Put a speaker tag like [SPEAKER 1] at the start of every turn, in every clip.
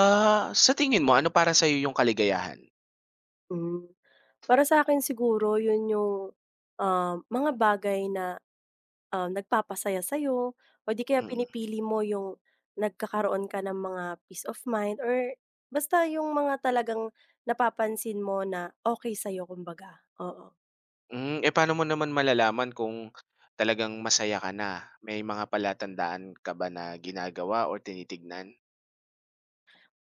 [SPEAKER 1] Ah, sa tingin mo ano para sa'yo yung kaligayahan?
[SPEAKER 2] Hmm, para sa akin siguro yun yung, mga bagay na, nagpapasaya sa'yo o di kaya
[SPEAKER 1] Mm.
[SPEAKER 2] pinipili mo yung nagkakaroon ka ng mga peace of mind or basta yung mga talagang napapansin mo na okey sa'yo kumbaga, oo.
[SPEAKER 1] Eh, paano mo naman malalaman kung talagang masaya ka na? May mga palatandaan ka ba na ginagawa or tinitignan?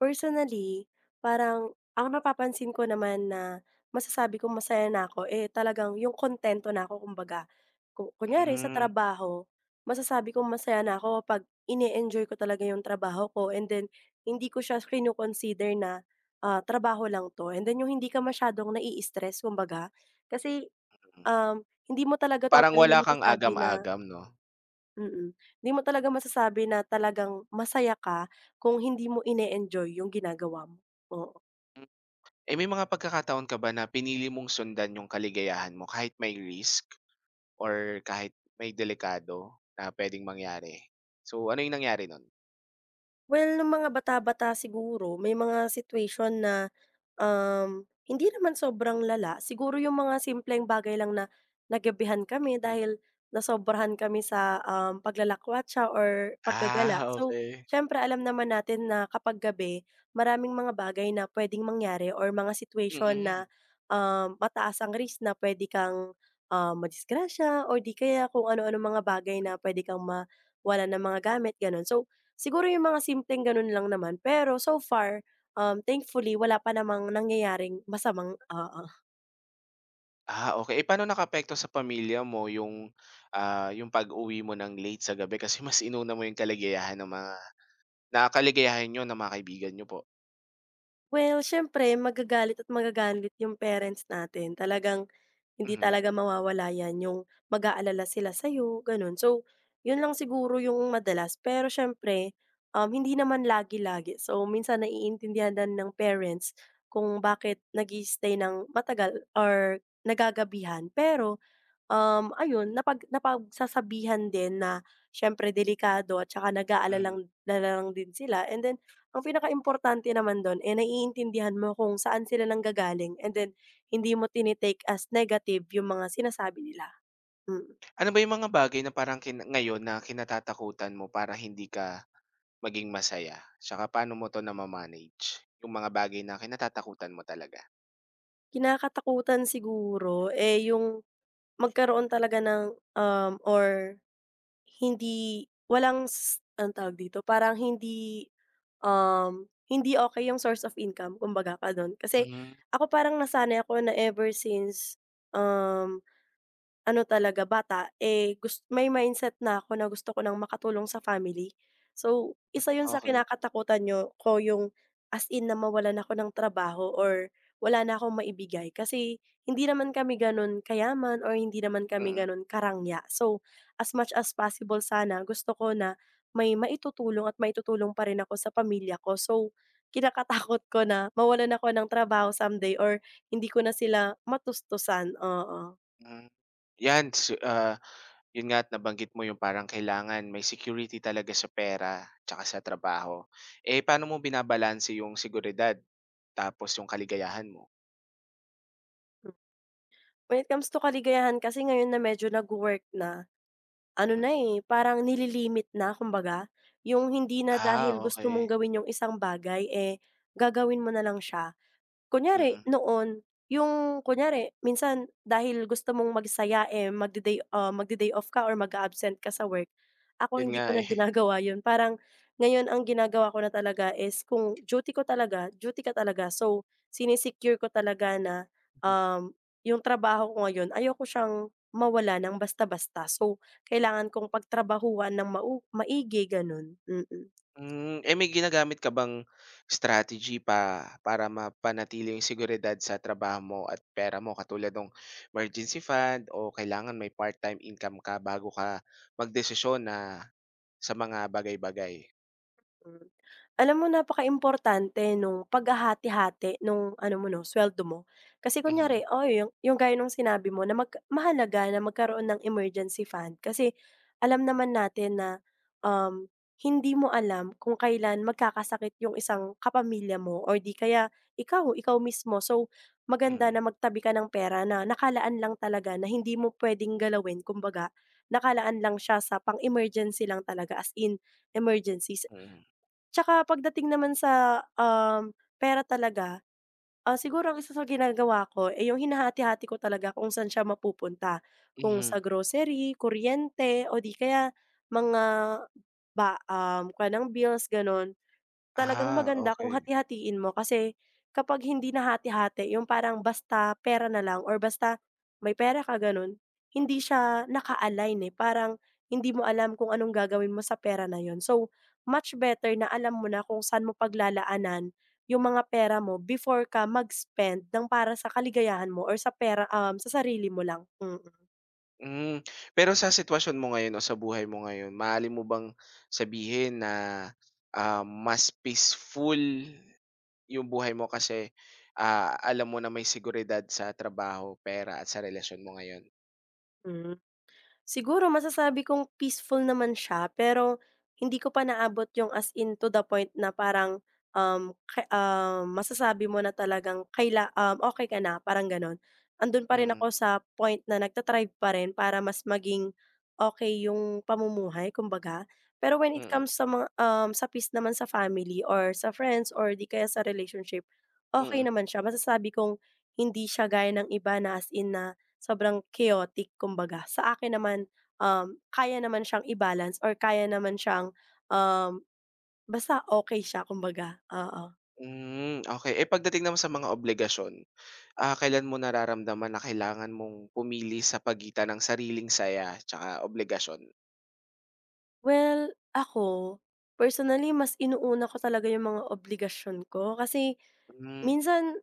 [SPEAKER 2] Personally, parang ang napapansin ko naman na masasabi kong masaya na ako, eh, talagang yung kontento na ako kumbaga. Kunyari sa
[SPEAKER 1] Hmm,
[SPEAKER 2] trabaho, masasabi kong masaya na ako 'pag ine-enjoy ko talaga yung trabaho ko and then hindi ko siya kino-consider na, trabaho lang 'to and then yung hindi ka masyadong nai-stress kumbaga. Kasi, um, hindi mo talaga
[SPEAKER 1] parang
[SPEAKER 2] totally na
[SPEAKER 1] wala kang
[SPEAKER 2] masasabi na.
[SPEAKER 1] agam-agam 'no?
[SPEAKER 2] Mm. 'Di mo talaga masasabi na talagang masaya ka kung hindi mo ine-enjoy yung ginagawa mo, oo.
[SPEAKER 1] Hmm, eh, may mga pagkakataon ka ba na pinili mong sundan yung kaligayahan mo kahit may risk or kahit may delikado na puwedeng mangyari? So, ano yung nangyari nun?
[SPEAKER 2] Well, nung mga bata-bata siguro may mga situation na hindi naman sobrang lala, siguro yung mga simpleng bagay lang na nagabihan kami
[SPEAKER 1] Hmm.
[SPEAKER 2] dahil nasobrahan kami sa, paglalakwatsa or paggagala.
[SPEAKER 1] Ah,
[SPEAKER 2] So,
[SPEAKER 1] okey.
[SPEAKER 2] siyempre alam naman natin na kapag gabi, maraming mga bagay na puwedeng mangyari or mga situation
[SPEAKER 1] Mm.
[SPEAKER 2] na, mataas ang risk na puwede kang, madisgrasya or di kaya kung ano ano mga bagay na puwede kang mawalan ng mga gamit, gano'n. So, siguro yung mga simpleng gano'n lang naman, pero so far thankfully wala pa namang nangyayaring masamang oo.
[SPEAKER 1] Ah, okay. Eh, paano nakaapekto sa pamilya mo yung pag-uwi mo ng late sa gabi kasi mas inuna mo yung kaligayahan ng mga na kaligayahan niyo ng mga kaibigan niyo po?
[SPEAKER 2] Well, siyempre magagalit at magagalit yung parents natin. Talagang hindi
[SPEAKER 1] Mhm,
[SPEAKER 2] talaga mawawala yan, yung mag-aalala sila sa'yo, gano'n. So, yun lang siguro yung madalas. Pero siyempre, hindi naman lagi-lagi. So, minsan naiintindihan din ng parents kung bakit nag-i-stay ng matagal or nagagabihan. Pero ayun napagsasabihan din na siyempre delikado at saka nag-aalala lang
[SPEAKER 1] mhm.
[SPEAKER 2] lang din sila and then ang pinaka importante naman dun, eh, naiintindihan mo kung saan sila nanggagaling and then hindi mo tini-take as negative yung mga sinasabi nila, mm.
[SPEAKER 1] Ano ba yung mga bagay na parang ngayon na kinatatakutan mo para hindi ka maging masaya? Tsaka paano mo 'to nama-manage? Yung mga bagay na kinatatakutan mo talaga?
[SPEAKER 2] Kinakatakutan siguro, eh, yung magkaroon talaga ng, or hindi walang anong tawag dito, parang hindi okay yung source of income kumbaga ka dun. Kasi
[SPEAKER 1] Hmm,
[SPEAKER 2] ako parang nasanay ako na ever since, um ano talaga bata, eh, may mindset na ako na gusto ko ng makatulong sa family. So, isa yun sa
[SPEAKER 1] okey.
[SPEAKER 2] kinakatakutan nyo ko yung as in na mawalan ako ng trabaho or wala na akong maibigay kasi hindi naman kami ganun kayaman or hindi naman kami
[SPEAKER 1] Mm.
[SPEAKER 2] ganun karangya. So, as much as possible sana gusto ko na may maitutulong at maitutulong pa rin ako sa pamilya ko. So, kinakatakot ko na mawalan ako ng trabaho someday or hindi ko na sila matustusan, oo.
[SPEAKER 1] Hmm, 'yan s ah, 'yun nga at nabanggit mo yung parang kailangan may security talaga sa pera tsaka sa trabaho. Eh, paano mo binabalanse yung seguridad tapos yung kaligayahan mo?
[SPEAKER 2] When it comes to kaligayahan kasi ngayon na medyo nagwo-work na, ano na,
[SPEAKER 1] Mm.
[SPEAKER 2] eh, parang nililimit na kumbaga. Yung hindi na dahil
[SPEAKER 1] Ah,
[SPEAKER 2] gusto
[SPEAKER 1] okay.
[SPEAKER 2] mong gawin yung isang bagay, eh, gagawin mo na lang siya. Kunyari
[SPEAKER 1] Mm.
[SPEAKER 2] noon, yung kunyari minsan dahil gusto mong magsaya, eh, magde-day off ka or mag-a-absent ka sa work. Ako
[SPEAKER 1] 'Yun
[SPEAKER 2] hindi
[SPEAKER 1] nga,
[SPEAKER 2] ko na
[SPEAKER 1] eh.
[SPEAKER 2] ginagawa yun, parang ngayon ang ginagawa ko na talaga is kung duty ko talaga, duty ka talaga. So, sine-secure ko talaga na, um, yung trabaho ko ngayon ayoko siyang mawala ng basta-basta. So, kailangan kong pagtrabahuhan ng maigi, ganun, mm.
[SPEAKER 1] Eh, may ginagamit ka bang strategy pa para mapanatili yung seguridad sa trabaho mo at pera mo katulad ng emergency fund o kailangan may part-time income ka bago ka magdesisyon na sa mga bagay-bagay?
[SPEAKER 2] Hmm. Alam mo importante nung paghahati-hati nung ano mo 'no, suweldo mo. Kasi
[SPEAKER 1] Mhm,
[SPEAKER 2] kunyari, oo, yung gaya nung sinabi mo na mahalaga na magkaroon ng emergency fund kasi alam naman natin na, um, hindi mo alam kung kailan magkakasakit yung isang kapamilya mo or 'di kaya ikaw, ikaw mismo. So, maganda
[SPEAKER 1] mm,
[SPEAKER 2] na magtabi ka ng pera na nakalaan lang talaga na hindi mo puwedeng galawin kumbaga, nakalaan lang siya sa pang-emergency lang talaga as in emergencies.
[SPEAKER 1] mm,
[SPEAKER 2] Tsaka pagdating naman sa, pera talaga, siguro ang isa sa ginagawa ko, eh, yung hinahati-hati ko talaga kung saan siya mapupunta. Kung sa
[SPEAKER 1] mhm.
[SPEAKER 2] grocery, kuryente o di kaya mga kuha ng bills, gano'n. Talagang
[SPEAKER 1] Ah,
[SPEAKER 2] maganda kung
[SPEAKER 1] okey.
[SPEAKER 2] hati-hatiin mo kasi kapag hindi na hati-hati yung parang basta pera na lang or basta may pera ka ganun, hindi siya naka-align, eh, parang hindi mo alam kung anong gagawin mo sa pera na yon. So, much better na alam mo na kung saan mo paglalaanan yung mga pera mo before ka mag-spend ng para sa kaligayahan mo or sa pera, sa sarili mo lang. Mm,
[SPEAKER 1] Hmm, pero sa sitwasyon mo ngayon o sa buhay mo ngayon, maaari mo bang sabihin na, mas peaceful yung buhay mo kasi, alam mo na may seguridad sa trabaho, pera at sa relasyon mo ngayon?
[SPEAKER 2] hmm. Siguro masasabi kong peaceful naman siya, pero hindi ko pa naabot yung as in to the point na parang, masasabi mo na talagang okey ka na, parang gano'n. Andun pa rin
[SPEAKER 1] Mm,
[SPEAKER 2] ako sa point na nagta-thrive pa rin para mas maging okay yung pamumuhay kumbaga. Pero when it
[SPEAKER 1] mm,
[SPEAKER 2] comes sa mga, sa peace naman sa family or sa friends or di kaya sa relationship, okay
[SPEAKER 1] mm.
[SPEAKER 2] naman siya. Masasabi kong hindi siya gaya ng iba na as in na sobrang chaotic kumbaga. Sa akin naman, kaya naman siyang i-balance or kaya naman siyang, um, basta okey siya kumbaga, oo.
[SPEAKER 1] Hmm, okey. Eh, pagdating naman sa mga obligasyon, kailan mo nararamdaman na kailangan mong pumili sa pagitan ng sariling saya tsaka obligasyon?
[SPEAKER 2] Well, ako, personally mas inuuna ko talaga yung mga obligasyon ko kasi
[SPEAKER 1] Hmm,
[SPEAKER 2] minsan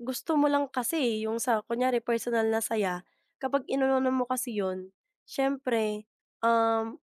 [SPEAKER 2] gusto mo lang kasi, eh, yung sa kunyari personal na saya kapag inuuna mo kasi yun, siyempre, um,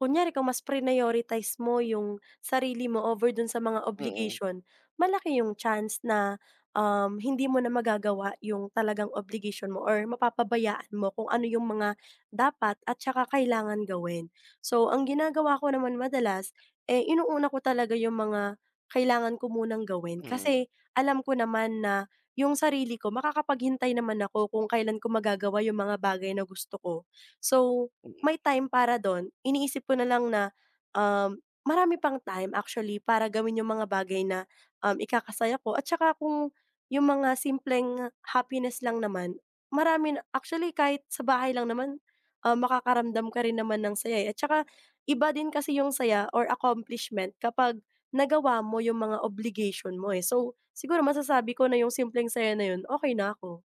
[SPEAKER 2] Kunyari kung mas prioritize mo yung sarili mo over dun sa mga
[SPEAKER 1] mm.
[SPEAKER 2] obligation, malaki yung chance na, hindi mo na magagawa yung talagang obligation mo or mapapabayaan mo kung ano yung mga dapat at saka kailangan gawin. So, ang ginagawa ko naman madalas, eh, inuuna ko talaga yung mga kailangan ko munang gawin
[SPEAKER 1] Mm,
[SPEAKER 2] kasi alam ko naman na yung sarili ko makakapaghintay naman ako kung kailan ko magagawa yung mga bagay na gusto ko. So,
[SPEAKER 1] mm.
[SPEAKER 2] may time para don iniisip ko na lang na, marami pang time actually para gawin yung mga bagay na, ikakasaya ko at saka kung yung mga simpleng happiness lang naman, marami na actually kahit sa bahay lang naman, makakaramdam ka rin naman ng saya, eh, at saka iba din kasi yung saya or accomplishment kapag nagawa mo yung mga obligation mo, eh. So, siguro masasabi ko na yung simpleng saya na yun, okey na ako.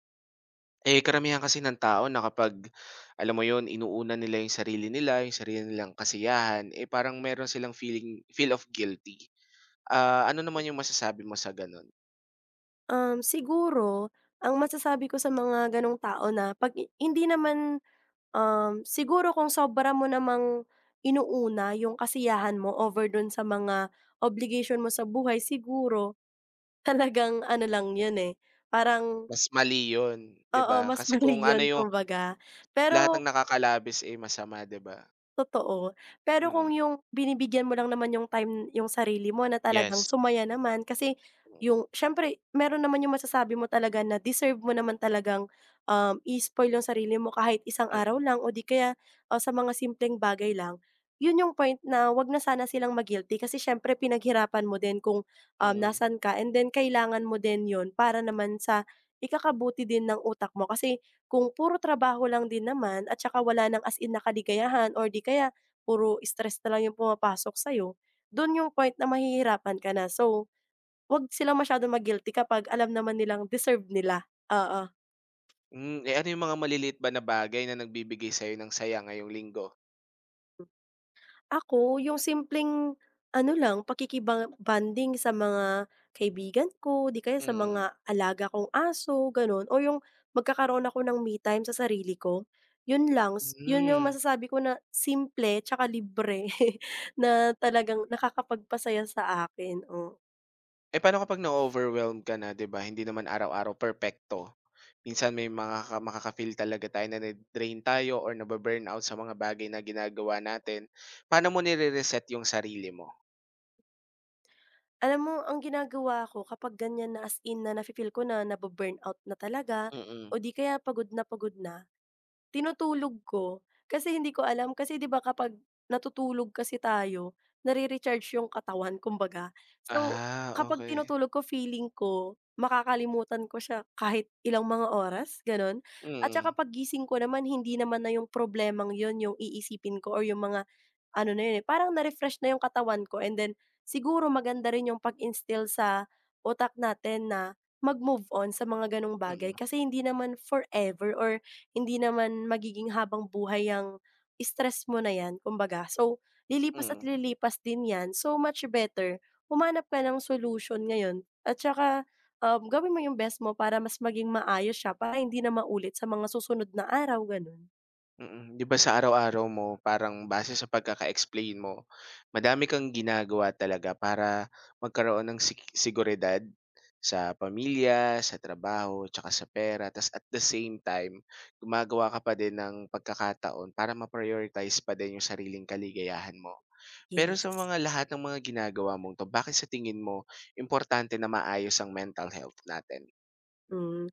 [SPEAKER 1] Eh, karamihan kasi ng tao na kapag, alam mo yun, inuuna nila, yung sarili nilang kasiyahan, eh, parang meron silang feel of guilty. Ah, ano naman yung masasabi mo sa gano'n?
[SPEAKER 2] Siguro ang masasabi ko sa mga gano'ng tao na 'pag hindi naman, siguro kung sobra mo namang inuuna yung kasiyahan mo over dun sa mga obligation mo sa buhay, siguro talagang ano lang yun, eh, parang
[SPEAKER 1] Mas mali yun, 'di
[SPEAKER 2] oo,
[SPEAKER 1] ba?
[SPEAKER 2] mas
[SPEAKER 1] Kasi
[SPEAKER 2] mali
[SPEAKER 1] kung ano
[SPEAKER 2] yun
[SPEAKER 1] yung
[SPEAKER 2] kumbaga. Pero.
[SPEAKER 1] lahat ng nakakalabis, eh, masama, 'di ba?
[SPEAKER 2] Totoo. Pero
[SPEAKER 1] Mm.
[SPEAKER 2] kung yung binibigyan mo lang naman yung time yung sarili mo na talagang
[SPEAKER 1] Yes.
[SPEAKER 2] sumaya naman kasi
[SPEAKER 1] Mm,
[SPEAKER 2] yung siyempre meron naman yung masasabi mo talaga na deserve mo naman talagang, i-spoil yung sarili mo kahit isang araw
[SPEAKER 1] mm,
[SPEAKER 2] lang o di kaya, sa mga simpleng bagay lang. Yun yung point na wag na sana silang ma-guilty kasi siyempre pinaghirapan mo din kung,
[SPEAKER 1] mm.
[SPEAKER 2] nasaan ka and then kailangan mo din yun para naman sa ikakabuti din ng utak mo kasi kung puro trabaho lang din naman at saka wala ng as in na kaligayahan or di kaya puro stress na lang yung pumapasok sa'yo, dun yung point na mahihirapan ka na. So, 'wag sila masyadong ma-guilty kapag alam naman nilang deserve nila, oo.
[SPEAKER 1] Eh, ano yung mga maliliit ba na bagay na nagbibigay sa'yo ng saya ngayong linggo?
[SPEAKER 2] Ako, yung simpleng ano lang, bonding sa mga kaibigan ko, di kaya sa
[SPEAKER 1] Mm.
[SPEAKER 2] mga alaga kong aso, gano'n o yung magkakaroon ako ng me time sa sarili ko, yun lang. Yun yung
[SPEAKER 1] Hmm.
[SPEAKER 2] masasabi ko na simple tsaka libre na talagang nakakapagpasaya sa akin, oh.
[SPEAKER 1] Eh, paano kapag na-o-overwhelm ka na, 'di ba, hindi naman araw-araw perfecto. Minsan may makaka-feel talaga tayo na na-drain tayo or nabu-burnout sa mga bagay na ginagawa natin. Paano mo nire-reset yung sarili mo?
[SPEAKER 2] Alam mo ang ginagawa ko kapag ganyan na as in na nafi-feel ko na nabu-burnout na talaga
[SPEAKER 1] Mm.
[SPEAKER 2] o di kaya pagod na pagod na, tinutulog ko, kasi hindi ko alam kasi 'di ba kapag natutulog kasi tayo, nare-recharge yung katawan kumbaga. So,
[SPEAKER 1] Ah,
[SPEAKER 2] kapag
[SPEAKER 1] okay.
[SPEAKER 2] tinutulog ko feeling ko, makakalimutan ko siya kahit ilang mga oras, gano'n. At
[SPEAKER 1] Mm,
[SPEAKER 2] saka paggising ko naman hindi naman na yung problemang yun yung iisipin ko or yung mga ano na yun, eh, parang na-refresh na yung katawan ko and then siguro maganda rin yung pag-instill sa utak natin na mag-move on sa mga gano'ng bagay
[SPEAKER 1] mm,
[SPEAKER 2] kasi hindi naman forever or hindi naman magiging habang-buhay ang stress mo na 'yan kumbaga. So, lilipas at
[SPEAKER 1] mm.
[SPEAKER 2] lilipas din 'yan, so much better humanap ka ng solusyon ngayon at saka, gawin mo yung best mo para mas maging maayos siya para hindi na maulit sa mga susunod na araw, gano'n.
[SPEAKER 1] Mm, 'di ba sa araw-araw mo parang base sa pagkaka-explain mo, madami kang ginagawa talaga para magkaroon ng seguridad sa pamilya, sa trabaho, tsaka sa pera tas at the same time gumagawa ka pa din ng pagkakataon para ma-prioritize pa din yung sariling kaligayahan mo. Pero sa
[SPEAKER 2] Yes.
[SPEAKER 1] mga lahat ng mga ginagawa mong 'to, bakit sa tingin mo importante na maayos ang mental health natin?
[SPEAKER 2] Hmm.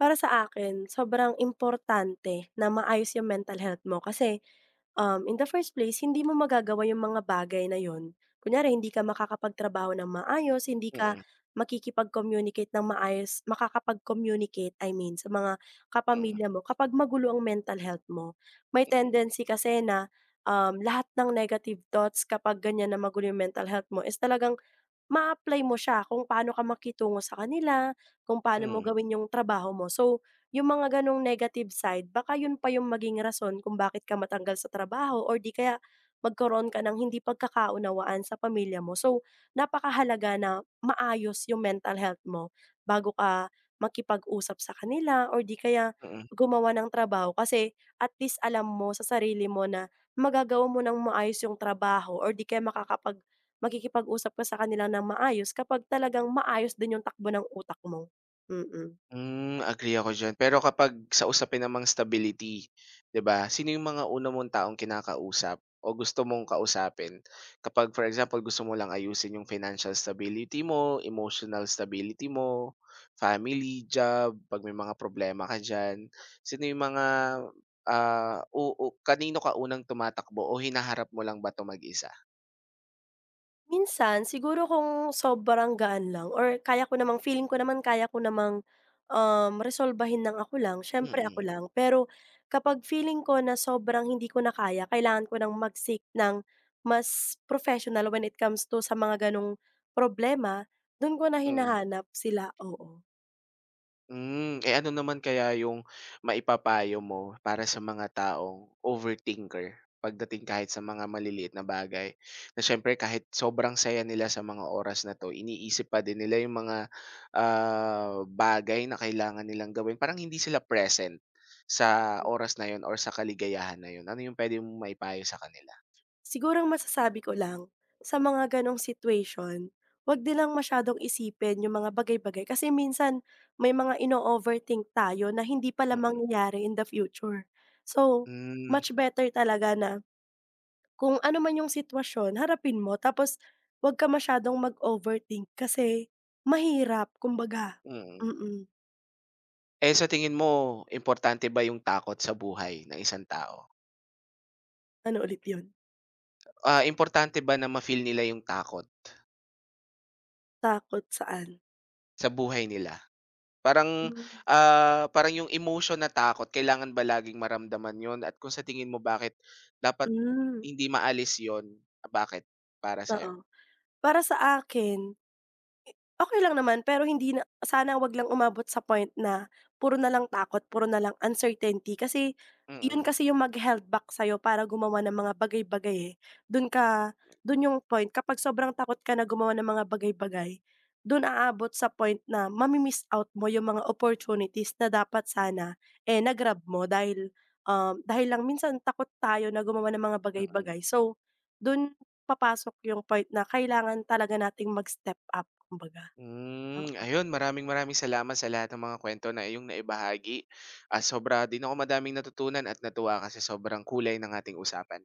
[SPEAKER 2] Para sa akin, sobrang importante na maayos yung mental health mo kasi, in the first place, hindi mo magagawa yung mga bagay na yon. Kunyari, hindi ka makakapagtrabaho ng maayos, hindi ka
[SPEAKER 1] Mm,
[SPEAKER 2] makikipag-communicate ng maayos, makakapag-communicate, I mean, sa mga
[SPEAKER 1] mm,
[SPEAKER 2] kapamilya mo kapag magulo ang mental health mo. May
[SPEAKER 1] mm,
[SPEAKER 2] tendency kasi na, lahat ng negative thoughts kapag ganyan na magulo yung mental health mo is talagang ma apply mo siya kung paano ka makitungo sa kanila, kung paano mo
[SPEAKER 1] mm,
[SPEAKER 2] gawin yung trabaho mo. So, yung mga ganong negative side baka yun pa yung maging rason kung bakit ka matanggal sa trabaho or di kaya magkaroon ka ng hindi pagkakaunawaan sa pamilya mo. So, napakahalaga na maayos yung mental health mo bago ka makipag-usap sa kanila or di kaya
[SPEAKER 1] mm.
[SPEAKER 2] gumawa ng trabaho kasi at least alam mo sa sarili mo na magagawa mo ng maayos yung trabaho or di kaya makikipag-usap ka sa kanila ng maayos kapag talagang maayos din yung takbo ng utak mo, mm.
[SPEAKER 1] Agree ako diyan. Pero kapag sa usapin namang stability, 'di ba, sino yung mga una mong taong kinakausap o gusto mong kausapin kapag for example, gusto mo lang ayusin yung financial stability mo, emotional stability mo, family, job, 'pag may mga problema ka diyan, sino yung mga, ah, o o kanino ka unang tumatakbo o hinaharap mo lang ba 'to mag-isa?
[SPEAKER 2] Minsan siguro kung sobrang gaan lang or kaya ko namang feeling ko naman kaya ko namang, resolbahin ng ako lang, siyempre
[SPEAKER 1] Mm,
[SPEAKER 2] ako lang. Pero kapag feeling ko na sobrang hindi ko na kaya kailangan ko ng mag-seek ng mas professional when it comes to sa mga gano'ng problema, don ko na
[SPEAKER 1] mm.
[SPEAKER 2] hinahanap sila, oo.
[SPEAKER 1] Eh, ano naman kaya yung maipapayo mo para sa mga taong overthinker pagdating kahit sa mga maliliit na bagay? Na siyempre kahit sobrang saya nila sa mga oras na 'to, iniisip pa din nila yung mga bagay na kailangan nilang gawin. Parang hindi sila present sa oras na 'yun or sa kaligayahan na 'yun. Ano yung pwede mong maipayo sa kanila?
[SPEAKER 2] Siguro ang masasabi ko lang, sa mga gano'ng situation, 'wag nilang masyadong isipin yung mga bagay-bagay kasi minsan may mga ino-overthink tayo na hindi pala
[SPEAKER 1] Mm-mm.
[SPEAKER 2] mangyayari in the future. So,
[SPEAKER 1] Mm.
[SPEAKER 2] much better talaga na kung ano man yung sitwasyon, harapin mo tapos 'wag ka masyadong mag-overthink kasi mahirap kumbaga.
[SPEAKER 1] Hmm, mm.
[SPEAKER 2] Mm.
[SPEAKER 1] Eh, sa tingin mo importante ba yung takot sa buhay ng isang tao?
[SPEAKER 2] Ano ulit yun?
[SPEAKER 1] Ah, importante ba na ma-feel nila yung takot
[SPEAKER 2] Takot saan?
[SPEAKER 1] sa buhay nila? Parang,
[SPEAKER 2] Hmm,
[SPEAKER 1] parang yung emotion na takot kailangan ba laging maramdaman yon at kung sa tingin mo bakit dapat
[SPEAKER 2] hmm,
[SPEAKER 1] hindi maalis yun, bakit para sa.
[SPEAKER 2] oo. Para sa akin okey lang naman, pero hindi na sana wag lang umabot sa point na puro na lang takot, puro na lang uncertainty kasi yun
[SPEAKER 1] Mm,
[SPEAKER 2] kasi yung mag-he-held back sa'yo para gumawa ng mga bagay-bagay, eh. Dun ka dun yung point kapag sobrang takot ka na gumawa ng mga bagay-bagay, dun aabot sa point na mami-miss out mo yung mga opportunities na dapat sana, eh, na-grab mo dahil lang minsan takot tayo na gumawa ng mga
[SPEAKER 1] mm.
[SPEAKER 2] bagay-bagay. So, dun papasok yung point na kailangan talaga nating mag-step up kumbaga.
[SPEAKER 1] Hmm,
[SPEAKER 2] Ah,
[SPEAKER 1] ayun maraming maraming salamat sa lahat ng mga kuwento na iyong naibahagi. Ah, sobra din ako madaming natutunan at natuwa kasi sobrang kulay ng ating usapan.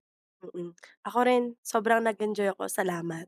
[SPEAKER 2] mm. Ako rin sobrang nag-enjoy ako, salamat.